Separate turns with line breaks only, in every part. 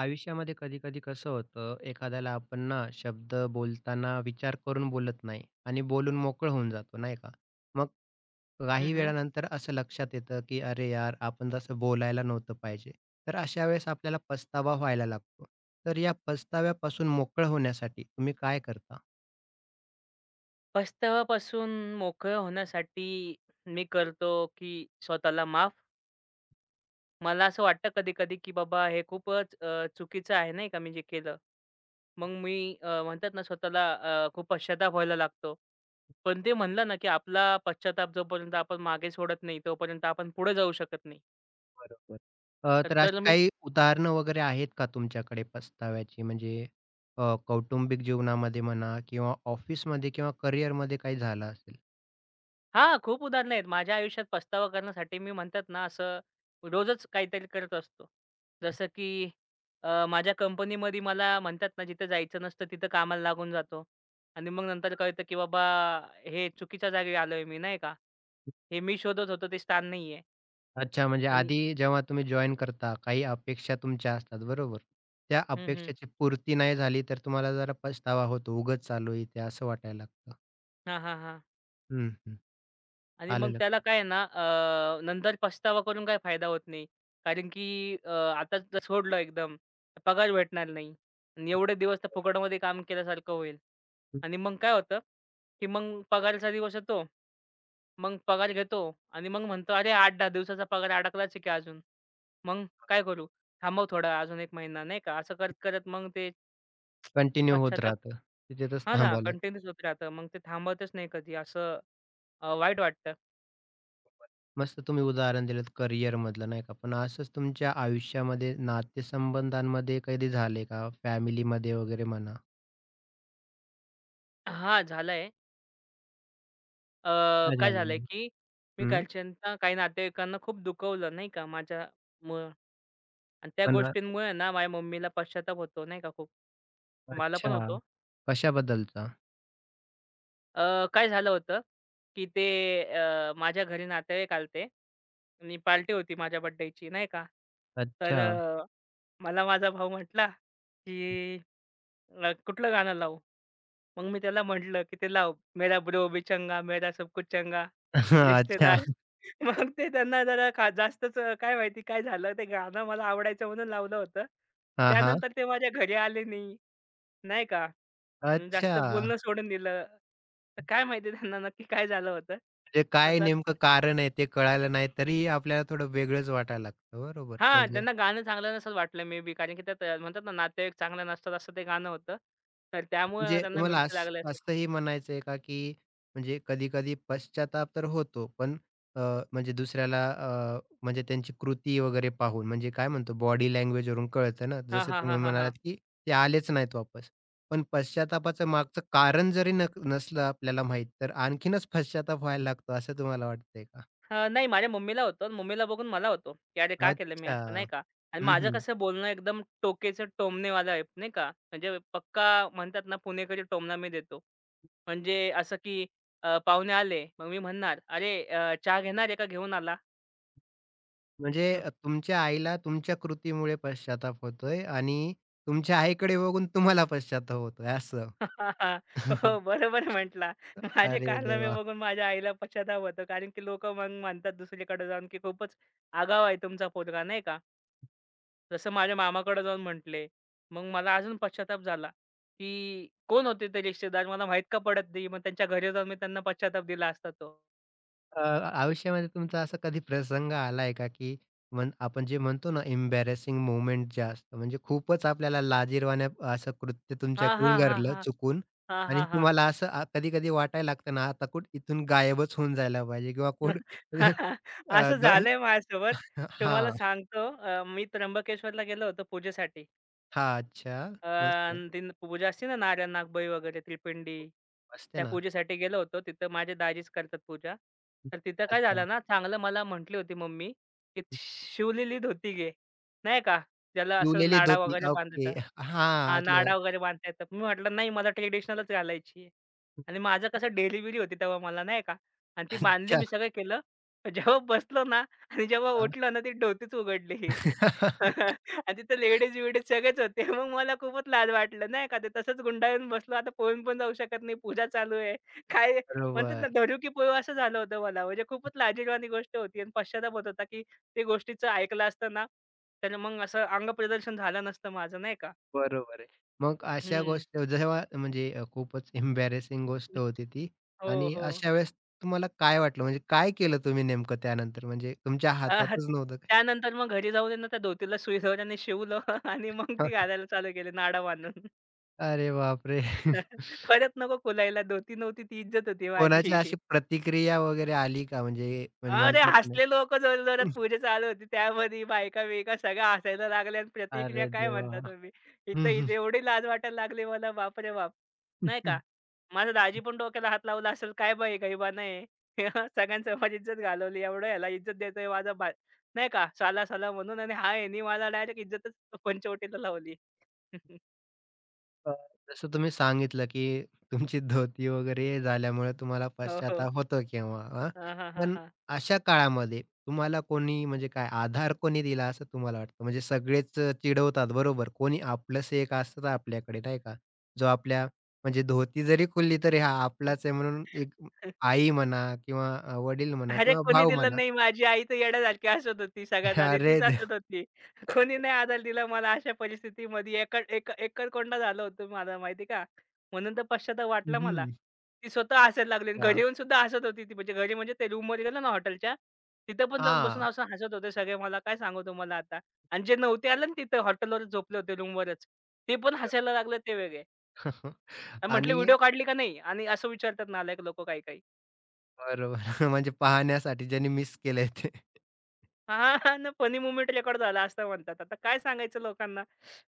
आयुष्यामध्ये कधी-कधी कसं होतं, एखाद्याला आपण ना शब्द बोलताना विचार करून बोलत नाही आणि बोलून मोकळं होऊन जातो, नाही का? मग
हं,
काही
हं.
वेळानंतर असं लक्षात येतं, की "अरे यार, आपण तसं बोलायला नव्हतं पाहिजे." तर अशा वेळेस आपल्याला पस्तावा व्हायला लागतो. तर या पस्ताव्यापासून मोकळं होण्यासाठी तुम्ही काय करता?
पस्ताव्यापासून मोकळं होण्यासाठी मी करतो, की स्वतःला माफ. मला असं वाटतं कधी-कधी, की बाबा हे खूपच चुकीचं आहे नाही का मी जे केलं. मग मी म्हणतात ना स्वतःला खूप पश्चाताप व्हायला लागतो. पण ते म्हणलं ना, की आपला पश्चाताप जोपर्यंत आपण मागे सोडत नाही, तोपर्यंत आपण पुढे जाऊ शकत नाही.
बरोबर.
तर
तर
तर
अशी
मी
काही उदाहरणं वगैरे आहेत का तुमच्याकडे पस्ताव्याची? म्हणजे कौटुंबिक जीवनामध्ये म्हणा किंवा ऑफिसमध्ये किंवा करिअरमध्ये काही झालं असेल?
हां, खूप उदाहरणं आहेत. माझ्या आयुष्यात पस्तावा करण्यासाठी मी म्हणतात ना, असं रोजच काहीतरी करत असतो. जसं की माझ्या कंपनीमध्ये मला म्हणतात ना, जिथं जायचं नसतं तिथं कामाला लागून जातो आणि मग नंतर कळतं, की बाबा हे चुकीच्या जागी आलोय मी, नाही का. हे मी शोधत होतो ते स्थान नाहीये
अच्छा, म्हणजे
आणि
आधी जेव्हा तुम्ही जॉइन करता, काही अपेक्षा तुमच्या असतात, बरोबर? त्या
हं, हं.
अपेक्षेची पूर्ती नाही झाली, तर तुम्हाला जरा पछतावा होतो. उगाच चालू इथे असं वाटायला लागतं.
हां, हां, हां.
हं, हं.
आणि
आलं
मग त्याला
लक्षात.
काय आहे ना नंतर पछतावा करून काही फायदा होत नाही. कारण की आता जर सोडलं एकदम तर पगार भेटणार नाही आणि एवढे दिवस तर फुकटमध्ये काम केल्यासारखं होईल. आणि मग काय होतं, की मग पगारचा दिवस येतो. मग पगार घेतो आणि मग म्हणतो, "अरे 8-10 दिवसाचा पगार अडकलाच आहे की अजून. मग काय करू? थांबव थोडा अजून 1 महिना." नाही का? असं करत-करत मग ते
कंटिन्यू होत
पश्चाताप
राहतं. तिथेच
हां ना,
थांबावं लागतं.
कंटिन्यूच होत राहतं. मग ते थांबवतच नाही कधी असं वाईट वाटतं.
मस्त तुम्ही उदाहरण दिलंत करिअरमधलं, नाही का? पण असंच तुमच्या आयुष्यामध्ये नातेसंबंधांमध्ये कधी झाले का? फॅमिलीमध्ये वगैरे म्हणा?
हां, झालंय.
काय
काय झालंय,
झालं?
की मी
हं.
घरच्यांना, काही नातेवाईकांना खूप दुखवलं नाही का माझ्यामुळं आणि त्या
पण
गोष्टींमुळे ना माझ्या मम्मीला पश्चाताप होतो नाही का खूप. मला पण
अच्छा.
होतो.
कशाबद्दलचा?
अ, काय झालं होतं, की ते माझ्या घरी नातेवाईक आले आणि पार्टी होती माझ्या बर्थडेची नाही का. तर
अच्छा.
मला माझा भाऊ म्हटला, की "कुठलं गाणं लावू?" मग मी त्याला म्हटलं, की ते लाव मेरा ब्रो भी चंगा, मेरा सब कुछ चंगा,
अच्छा.
रिश्तेदार. मग ते त्यांना जरा खा जास्तच काय माहिती काय झालं, ते गाणं मला आवडायचं म्हणून लावलं होतं.
हां, हां.
त्यानंतर ते माझ्या घरी आले नाही, नाही का. म्हणून
अच्छा.
जास्त बोलणं सोडून दिलं. तर काय माहिती त्यांना नक्की काय झालं होतं.
म्हणजे काय
आता
नेमकं कारण आहे ते कळालं नाही तरी आपल्याला थोडं वेगळंच वाटायला लागतं. बरोबर.
हां,
म्हणजे
त्यांना गाणं चांगलं नसेल वाटलं मे बी कारण की त्यात म्हणतात ना, नातेवाईक चांगले नसतात असं ते गाणं होतं. तर त्यामुळे
म्हणजे
त्यांना
तुम्हाला
मिरची
अस
लागली असेल.
असंही म्हणायचं आहे का, की म्हणजे कधी-कधी पश्चाताप तर होतो, पण अ, म्हणजे दुसऱ्याला म्हणजे त्यांची कृती वगैरे पाहून म्हणजे काय म्हणतो बॉडी लँग्वेजवरून कळतं ना,
हां,
जसं
हां, हां,
तुम्ही
हां, हां.
म्हणालात, की ते आलेच नाहीत वापस. पण पश्चातापाचं मागचं कारण जरी नसलं आपल्याला माहीत, तर आणखीनच पश्चाताप व्हायला लागतो असं तुम्हाला वाटतंय का?
नाही माझ्या मम्मीला होतं. मम्मीला बघून मला होतो, की "अरे का केलं मी
अच्छा.
असं?" नाही का. आणि
हं,
माझं
हं.
कसं बोलणं एकदम टोकेचं टोमणेवालं आहे नाही का. म्हणजे पक्का म्हणतात ना, पुणेकरी टोमणा मी देतो. म्हणजे असं की पाहुणे आले, मग मी म्हणणार, "अरे चहा घेणार आहे का घेऊन आला?"
म्हणजे तुमच्या आईला तुमच्या कृतीमुळे पश्चाताप होतोय आणि तुमच्या आईकडे बघून तुम्हाला पश्चाताप होतोय असं.
हो, बरोबर म्हटला. माझे
अरे
कारनामे
देवा!
बघून माझ्या आईला पश्चाताप होतो. कारण की लोकं मग म्हणतात दुसरीकडे जाऊन, की खूपच आगाऊ आहे तुमचा पोरगा, नाही का. जसं माझ्या मामाकडे जाऊन म्हटले. मग मला अजून पश्चाताप झाला, की कोण होते ते रिश्तेदार मला माहीत का पडत नाही. मग त्यांच्या घरी जाऊन मी त्यांना पश्चाताप दिला असता तो.
अ, आयुष्यामध्ये तुमचा असा कधी प्रसंग आलाय का, की आपण जे म्हणतो ना एम्बॅरसिंग मोमेंट जे असतं, म्हणजे खूपच आपल्याला लाजिरवाण्या असं कृत्य
हां,
तुमच्याकडून
हां, हां,
घडलं
हां.
चुकून
हां,
आणि
हां, हां.
तुम्हाला असं कधी-कधी वाटायला लागतं ना, आता कुठं इथून गायबच होऊन जायला पाहिजे किंवा कोण अ,
असं
ग
झालंय माझ्यासोबत. तुम्हाला
हां.
सांगतो मी त्र्यंबकेश्वरला गेलो होतो पूजेसाठी.
हां, अच्छा. मस्त.
आणि ती पूजा असते ना नारायण नागबळी वगैरे त्रिपिंडी.
मस्त आहे
त्या
ना.
पूजेसाठी गेलो होतो. तिथं माझे दाजीच करतात पूजा. तर तिथं काय
अच्छा.
झालं ना, चांगलं मला म्हटली होती मम्मी, की "शिवलेली धोती घे." नाही का, ज्याला असं
पिवलेली
नाडा
धोती.
वगैरे
ओके.
बांधता
हां,
हां, नाडा
आलं.
वगैरे बांधता येतात. मी म्हटलं, "नाही, मला ट्रेडिशनलच घालायची आहे." आणि माझं कसं डेली होती तेव्हा मला नाही का आणि ती बांधली.
अच्छा.
मी सगळं केलं. जेव्हा बसलो ना आणि जेव्हा उठलो ना, ती धोतीच उघडली. आणि तिथे लेडीज-बिडीज सगळेच होते. मग मला खूपच लाज वाटलं नाही का. ते तसंच गुंडाळून बसलो. आता पळून पण जाऊ शकत नाही. पूजा चालू आहे. काय म्हणतात ना,
बरोबर.
धरू की पळू असं झालं होतं मला. म्हणजे खूपच लाजिरवाणी गोष्ट होती आणि पश्चाताप होत होता, की ते गोष्टीचं ऐकलं असतं ना, तर मग असं अंगप्रदर्शन झालं नसतं माझं नाही का.
बरोबर आहे. मग अशा
हं.
गोष्ट जेव्हा म्हणजे खूपच एम्बॅरेसिंग गोष्ट होती ती
हो,
आणि
हो.
अशा वेळेस तुम्हाला काय वाटलं? म्हणजे काय केलं तुम्ही नेमकं त्यानंतर? म्हणजे तुमच्या
अ,
हातातच नव्हतं काही?
त्यानंतर मग घरी जाऊन आहे ना, त्या धोतीला सुईदोऱ्याने शिवलं आणि मग ती घालायला चालू केली नाडा बांधून.
अरे बापरे!
खरंच नको खुलायला. धोती नव्हती ती इज्जत होती
कोणाची
माझी.
अशी प्रतिक्रिया वगैरे आली का? म्हणजे
अरे,
म्हणतात ना
हसले लोकं जोरजोरात पूजा चालू होती. त्यामध्ये बायका-बियका सगळ्या हसायला लागल्या आणि प्रतिक्रिया
अरे
काय म्हणता
देवा!
तुम्ही. इथं
हं,
इथे एवढी लाज वाटायला लागली मला बाप रे बाप! नाही का?
हं.
माझा दाजी पण डोक्याला हात लावला असेल, "काय बाई गरीबानं आहे. सगळ्यांसमोर इज्जत घालवली. एवढं ह्याला इज्जत देतोय माझा बा" नाही का, साला-साला म्हणून आणि हा ह्यानी मला डायरेक्ट इज्जतच पंचवटीला लावली.
अ, जसं तुम्ही सांगितलं, की तुमची धोती वगैरे झाल्यामुळे तुम्हाला
हो, हो.
पश्चाताप होतो केव्हा हां.
हां, हां, हां,
पण
हां.
अशा काळामध्ये तुम्हाला कोणी म्हणजे काय आधार कोणी दिला असं तुम्हाला वाटतं? म्हणजे सगळेच चिडवतात बरोबर. कोणी आपलंसं एक असतं आपल्याकडे नाही का? जो आपल्या म्हणजे धोती जरी खुलली तरी हा आपलाच आहे म्हणून एक आई म्हणा किंवा वडील म्हणा
अरे,
किंवा
कोणी
भाऊ
दिलं
म्हणा.
नाही. माझी आई तर येड्यासारखी हसत होती. सगळ्यात आधी
अरे
तीच
देव!
हसत होती. कोणी नाही आधार दिला मला अशा परिस्थितीमध्ये. एका एक एकरकोंडा झालं होतं मला माहिती का? म्हणून तर पश्चाताप वाटला
हं,
मला.
हं.
ती स्वतः हसायला लागली आणि घरी येऊन सुद्धा हसत होती ती. म्हणजे घरी म्हणजे ते रूममध्ये गेलो ना हॉटेलच्या, तिथं पण जाऊन बसून
हां.
असं हसत होते सगळे. मला काय सांगू तुम्हाला आता. आणि जे नव्हते आले ना तिथं हॉटेलवरच झोपले होते रूमवरच. ते पण हसायला लागले ते वेगळे. आणि म्हटले
आणि
व्हिडिओ काढली का नाही? आणि असं विचारतात नालायक लोकं काही-काही.
बरोबर. म्हणजे पाहण्यासाठी ज्यांनी मिस केलंय ते.
हां, हां ना फनी मोमेंट रेकॉर्ड झाला असं म्हणतात. आता काय सांगायचं लोकांना?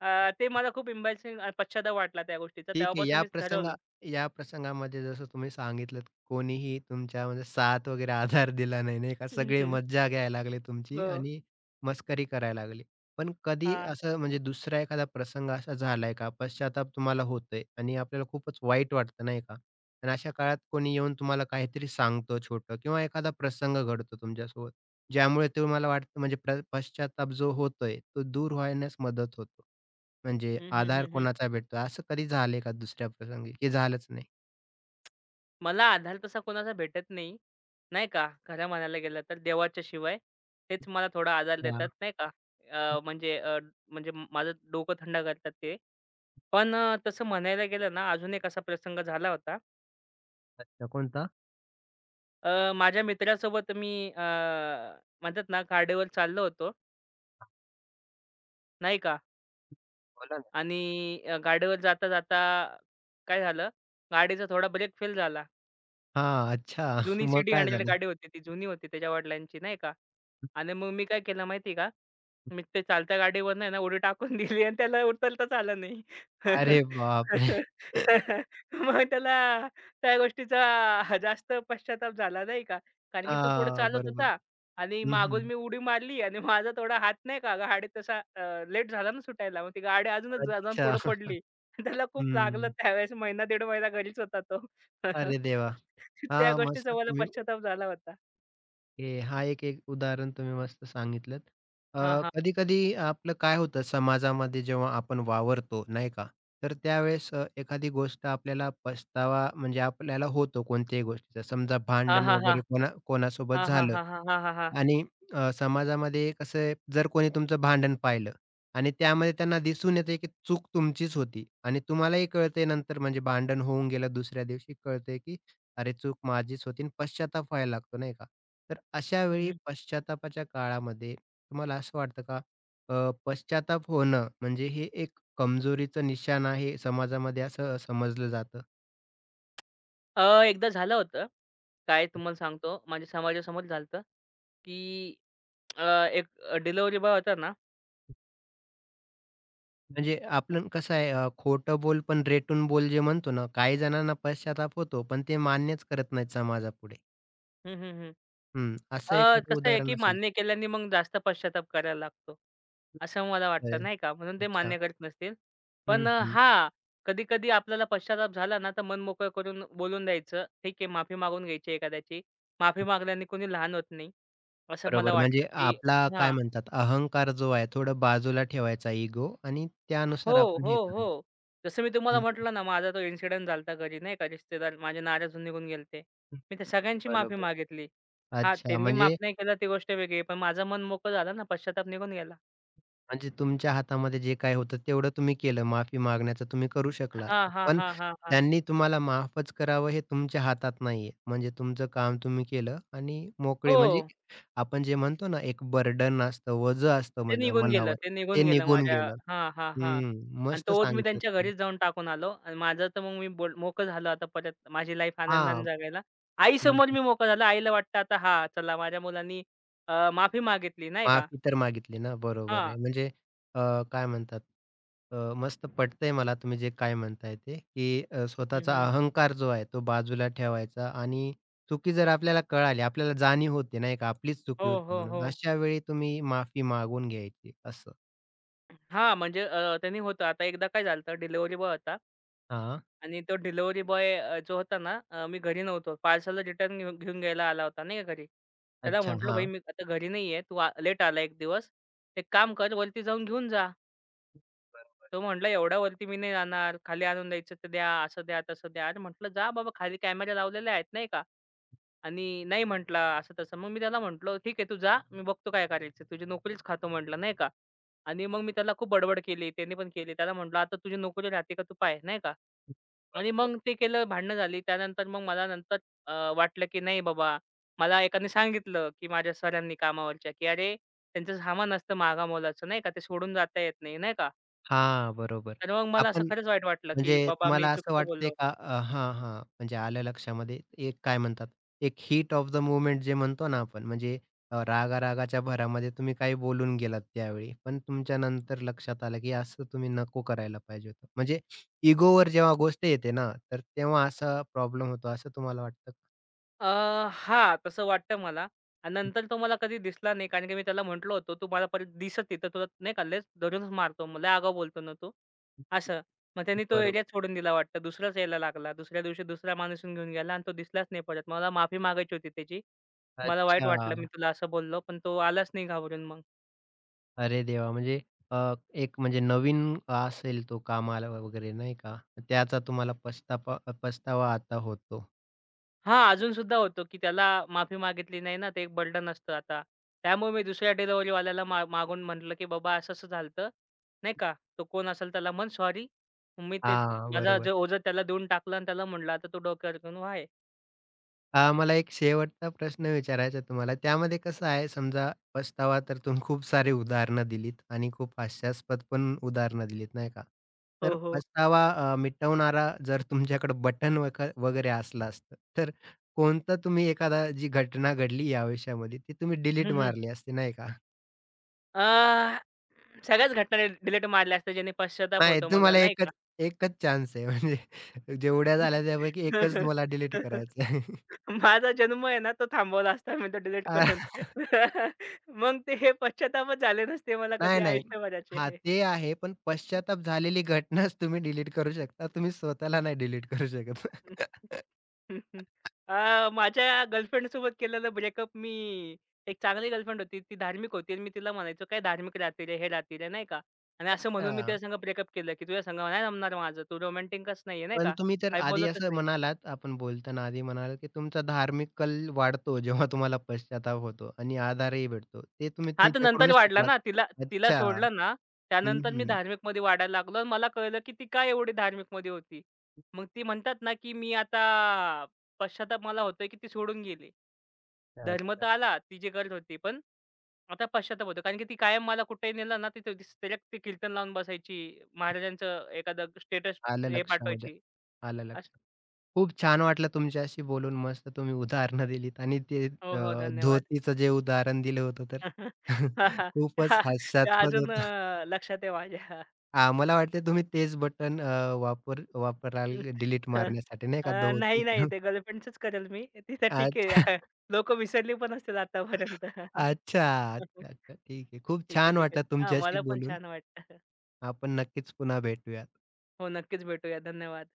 ते मला खूप एम्बॅरसिंग पश्चाताप वाटला त्या गोष्टीचा.
ठीक आहे.
तेव्हापासून मीच ठरवलं.
या प्रसंगामध्ये जसं तुम्ही सांगितलंत, कोणीही तुमच्या म्हणजे साथ वगैरे आधार दिला नाही, नाही का? सगळे
हं,
मज्जा घ्यायला लागले तुमची
हो.
आणि मस्करी करायला लागले. पण कधी
हां.
असं म्हणजे दुसरा एखादा प्रसंग असा झालाय का? पश्चाताप तुम्हाला होतोय आणि आपल्याला खूपच वाईट वाटतं, नाही का? आणि अशा काळात कोणी येऊन तुम्हाला काहीतरी सांगतं छोटं किंवा एखादा प्रसंग घडतो तुमच्यासोबत, ज्यामुळे तुम्हाला वाटतं म्हणजे पश्चाताप जो होतोय, तो दूर होण्यास मदत होतो. म्हणजे
हं, हं,
आधार
हं, हं.
कोणाचा भेटतो असं कधी झालंय का दुसऱ्या प्रसंगी, की झालंच नाही?
मला आधार तसा कोणाचा भेटत नाही, नाही का. खरं म्हणायला गेलं तर देवाच्या शिवाय. तेच मला थोडा आधार
अच्छा.
देतात नाही का. अ, म्हणजे अ, म्हणजे माझं डोकं थंड करतात ते. पण तसं म्हणायला गेलं ना अजून एक असा प्रसंग झाला होता.
अच्छा, कोणता?
माझ्या मित्रासोबत मी म्हणतात ना गाडीवर चाललो होतो. नाही का
बोला ना.
आणि गाडीवर जाता-जाता काय झालं, गाडीचा थोडा ब्रेक फेल झाला.
हां, अच्छा.
जुनी
मग
सिटी
काय
हंड्रेड
झालं?
गाडी होती ती जुनी होती त्याच्या वडिलांची नाही का. आणि मग मी काय केलं माहिती आहे का? मी ते चालत्या गाडीवरनं आहे ना उडी टाकून दिली आणि त्याला उचलताच आलं नाही.
अरे बापरे!
मग त्याला त्या गोष्टीचा जास्त पश्चाताप झाला नाही का. कारण की तो पुढे
हां,
चालत
बरोबर.
होता आणि
हं,
मागून
हं.
मी उडी मारली आणि माझा थोडा हात नाही का गाडी तसा लेट झाला ना सुटायला. मग ती गाडी अजूनच जाऊन
अच्छा.
पुढे पडली. त्याला खूप लागलं
हं.
त्यावेळेस महिना दीड महिना घरीच होता तो.
अरे देवा!
त्या
हां, मस्त
गोष्टीचा मला
तुम्ही
पश्चाताप झाला होता.
हे हा एक-एक उदाहरण तुम्ही मस्त सांगितलंत.
हां, हां.
कधी-कधी आपलं काय होतं समाजामध्ये जेव्हा आपण वावरतो, नाही का? तर त्यावेळेस एखादी गोष्ट आपल्याला पछतावा म्हणजे आपल्याला होतो कोणत्याही गोष्टीचा. समजा
हां,
भांडण
हां, हां.
वगैरे कोणा कोणासोबत
हां, हां,
झालं
हां, हां, हां, हां, हां.
आणि समाजामध्ये कसं आहे, जर कोणी तुमचं भांडण पाहिलं आणि त्यामध्ये त्यांना दिसून येते की चूक तुमचीच होती आणि तुम्हालाही कळतंय नंतर म्हणजे भांडण होऊन गेलं दुसऱ्या दिवशी कळतंय की अरे चूक माझीच होती आणि पश्चाताप व्हायला लागतो नाही का? तर अशा
हं,
वेळी
हं.
पश्चातापाच्या काळामध्ये तुम्हाला असं वाटतं का पश्चाताप होणं म्हणजे हे एक कमजोरीचं निशाण आहे समाजामध्ये असं समजलं जातं?
एकदा झालं होतं. काय तुम्हाला सांगतो, माझ्या समाजासमोर झालं की अ, एक डिलिव्हरी बॉय होता ना
म्हणजे आपण कसं आहे खोटं बोल पण रेटून बोल जे म्हणतो ना, काही जणांना पश्चाताप होतो, पण ते मान्यच करत नाहीत समाजापुढे.
हं, हं, हं.
हं, असं एखादं
कसं आहे
उदाहरण
की
असेल
मान्य केल्याने मग जास्त पश्चाताप करायला लागतो. असं मला
तर
वाटतं
कळेल.
नाही का? म्हणून ते
अच्छा.
मान्य करत नसतील.
हं,
पण
हं.
हां, कधी-कधी आपल्याला पश्चाताप झाला ना, तर मन मोकळं करून बोलून द्यायचं. ठीक आहे, माफी मागून घ्यायची एखाद्याची. माफी मागल्याने कोणी लहान होत नाही, असं मला
बरोबर. म्हणजे
वाटतं की
आपला काय
हां.
म्हणतात अहंकार जो आहे थोडं बाजूला ठेवायचा इगो आणि
हो,
त्यानुसार आपण
हो,
हे करायचं.
हो. जसं मी तुम्हाला
हं,
म्हटलं ना, माझा तो इन्सिडेंट झाला घरी नाही का, रिश्तेदार माझे नाराज होऊन निघून गेले
हं.
मी त्या सगळ्यांची माफी
बरोबर.
मागितली. हां,
अच्छा
त्यांनी माफ
म्हणजे
नाही केलं ती गोष्ट वेगळी पण माझं मन मोकळं झालं ना, पश्चाताप निघून गेला.
म्हणजे तुमच्या हातामध्ये जे काही होतं तेवढं तुम्ही केलं. माफी मागण्याचं तुम्ही करू शकला
हां,
असतात.
हां,
पण
हां, हां, हां.
त्यांनी तुम्हाला माफच करावं हे तुमच्या हातात नाहीये. म्हणजे तुमचं काम तुम्ही केलं आणि मोकळे म्हणजे
हो.
आपण जे म्हणतो ना, एक बर्डन असतं, ओझं असतं
ते
मन
निघून गेलं,
मनावर,
ते निघून
ते
गेलं
निघून
माझ्या
गेलं.
हां, हां, हां.
हं,
आणि
मस्त
तोच मी
सांगितलं
त्यांच्या
तुम्ही.
घरीच जाऊन टाकून आलो आणि माझं तर मग मी बोल मोकळं झालो आता परत माझी लाईफ आनंदाने
हां.
जगायला. आईसमोर मी मोकळा झालो. आईला वाटतं आता हां, चला माझ्या मुलांनी माफी मागितली नाही का?
माफी तर मागितली ना, बरोबर
हां.
आहे. म्हणजे अ, काय म्हणतात मस्त पटतंय मला तुम्ही जे काय म्हणताय ते, की
हं,
स्वतःचा
हं.
अहंकार जो आहे तो बाजूला ठेवायचा आणि चुकी जर आपल्याला कळाली, आपल्याला जाणीव होते नाही का, आपलीच चुकी
हो,
होती
हो, हो.
म्हणून. अशा वेळी तुम्ही माफी मागून घ्यायची असं.
हां, म्हणजे त्यांनी होतं. आता एकदा काय झालं डिलिव्हरी बॉय होता.
हां.
आणि तो डिलिव्हरी बॉय जो होता ना, मी घरी नव्हतो. पार्सलला रिटर्न घेऊन घेऊन घ्यायला आला होता नाही का घरी. त्याला
अच्छा.
म्हटलं, "भाई
हां.
मी आता घरी नाही आहे. तू लेट आला एक दिवस. एक काम कर वरती जाऊन घेऊन जा."
बरोबर,
तो म्हटला, "एवढ्या वरती मी नाही जाणार. खाली आणून द्यायचं तर द्या, असं द्या, तसं द्या." अरे म्हटलं, "जा बाबा खाली कॅमेरा लावलेले आहेत नाही का." आणि नाही म्हटला असं तसं. मग मी त्याला म्हटलं, "ठीक आहे तू जा. मी बघतो काय करायचं. तुझी नोकरीच खातो" म्हटलं नाही का. आणि मग मी त्याला खूप बडबड केली. त्याने पण केली. त्याला म्हटलं, "आता तुझी नोकरी राहते का तू पाह्य" नाही का. आणि
बरोबर.
मग ते केलं, भांडणं झाली. त्यानंतर मग मला नंतर वाटलं की नाही बाबा, मला एकाने सांगितलं की माझ्या सरांनी कामावरच्या, की "अरे, त्यांचं सामान असतं मागा मोलाचं नाही का, ते सोडून जाता येत नाही." नाही का?
हां, बरोबर.
तर मग मला असं
आपण
खरंच वाईट वाटलं की
म्हणजे
बाबा मी
तुम्हाला असं
चुकीचं
वाटतंय
बोललो.
का हां, हां. म्हणजे आलं लक्षामध्ये. एक काय म्हणतात, एक हीट ऑफ द मोमेंट जे म्हणतो ना आपण, म्हणजे रागा-रागाच्या भरामध्ये तुम्ही काही बोलून गेलात त्यावेळी. पण तुमच्या नंतर लक्षात आलं, की असं तुम्ही नको करायला पाहिजे होतं. म्हणजे इगोवर जेव्हा गोष्ट येते ना, तर तेव्हा असा प्रॉब्लेम होतो असं तुम्हाला वाटतं का?
अ, हां, तसं वाटतं मला. आणि नंतर तो मला कधी दिसला नाही, कारण की मी त्याला म्हटलो होतो, "तू मला परत दिसत तिथं तुला नाही का लयच धरूनच मारतो, मग लय आगाऊ बोलतो ना तू." असं. मग त्यांनी तो एरिया
बरोबर.
सोडून दिला वाटतं. दुसराच यायला लागला. दुसऱ्या दिवशी दुसरा माणूस येऊन घेऊन गेला आणि तो दिसलाच नाही परत. मला माफी मागायची होती त्याची. मला वाईट वाटलं, मी
अच्छा.
तुला असं बोललो, पण तो आलाच नाही घाबरून मग.
अरे देवा! म्हणजे अ, एक म्हणजे नवीन असेल तो कामाला वगैरे नाही का? त्याचा तुम्हाला पछतावा पछतावा आता होतो.
हां, सुद्धा होतो, की त्याला माफी मागितली नाही ना, ते एक बर्डन असतं आता. त्यामुळे मी दुसऱ्या डिलिव्हरीवाल्याला मागून म्हटलं, की "बाबा असं-असं झालं नाही का? तो कोण असेल त्याला म्हण सॉरी. मी ते
हां,
माझा
बरोबर.
जे ओझं त्याला देऊन टाकलं आणि त्याला म्हटलं, आता तू डोक्यावर घेऊन व्हा
मला एक शेवटचा प्रश्न विचारायचा आहे तुम्हाला. त्यामध्ये कसं आहे समजा पछतावा तर तुम्ही खूप सारे उदाहरणं दिलीत आणि खूप हास्यास्पद पण उदाहरणं दिलीत नाही का?
हो,
तर
हो.
पछतावा मिटवणारा जर तुमच्याकडे बटन वगैरे असलं असतं, तर कोणतं तुम्ही एखादा जी घटना घडली या आयुष्यामध्ये ती तुम्ही डिलीट
हं, हं.
मारली असती नाही का?
अ, सगळ्याच घटना डिलीट मारल्या असत्या, ज्याने पश्चाताप
नाही,
होतो मला,
तुम्हाला
नाही
एकच एकच चान्स आहे. म्हणजे जेवढ्या झाल्या त्यापैकी एकच तुम्हाला डिलीट करायचं आहे.
माझा जन्म आहे ना, तो थांबवला असता मी तो डिलीट
अ,
करून. मग ते हे पश्चातापच झाले नसते मला कधी
नाही, नाही. हां,
आयुष्यभराचे.
ते आहे. पण पश्चात्ताप झालेली घटनाच तुम्ही डिलीट करू शकता. तुम्ही स्वतःला नाही डिलीट करू शकत.
माझ्या गर्लफ्रेंडसोबत केलेलं ब्रेकअप मी एक चांगली गर्लफ्रेंड होती. ती धार्मिक होती आणि मी तिला म्हणायचो, "काय धार्मिक राहती रे, हे राहती रे," नाही का? आणि असं म्हणून मी
अच्छा.
तिच्यासंग ब्रेकअप केलं, की "तुझ्यासंग नाही जमणार माझं. तू रोमॅन्टिकच नाही नाही
पण
का?
तुम्ही तर
काही
आधी
बोलतच
असं
नाही.
म्हणालात, आपण बोलताना आधी म्हणालात, की तुमचा धार्मिक कल वाढतो जेव्हा तुम्हाला पश्चात्ताप होतो आणि आधारही भेटतो. ते तुम्ही
हां, तर नंतर
तिच्याकडूनच
वाढला
शिकलात.
ना. तिला तिला
अच्छा.
सोडलं ना,
हं,
त्यानंतर मी
हं.
धार्मिकमध्ये वाढायला लागलो आणि मला कळलं, की ती का एवढी धार्मिकमध्ये होती. मग ती म्हणतात ना, की मी आता पश्चाताप मला होतोय, की ती सोडून गेली. धर्म
अच्छा.
तर आला, ती जे करत होती, पण आता पश्चाताप होतो. कारण की ती कायम मला कुठेही नेलं ना, तिथे तिला ते कीर्तन लावून बसायची. महाराजांचं एखादं स्टेटस
आलं
हे
लक्षामध्ये.
पाठवायची.
आलं
असं
लक्षामध्ये. खूप छान वाटलं तुमच्याशी बोलून. मस्त तुम्ही उदाहरणं दिलीत आणि ते
हो, हो. धन्यवाद.
धोतीचं जे उदाहरण दिलं होतं तर
हां, हां.
खूपच
त्या
हास्यास्पद
अजून
होतं.
लक्षात आहे माझ्या.
हां, मला वाटते तुम्ही तेच बटन अ, वापर वापराल
हं,
डिलीट
हं.
मारण्यासाठी नाही का
नाही, नाही.
धोतीचं?
ते गर्लफ्रेंडचंच करेल मी. ती तर ठीक आहे.
अच्छा,
लोकं विसरली पण असतील आतापर्यंत.
अच्छा, अच्छा, अच्छा. ठीक आहे. खूप
ठीक आहे,
छान
ठीक आहे.
वाटलं
हां,
तुमच्याशी
मला पण
बोलून.
छान वाटलं.
आपण नक्कीच पुन्हा भेटूयात.
हो, नक्कीच भेटूया. धन्यवाद.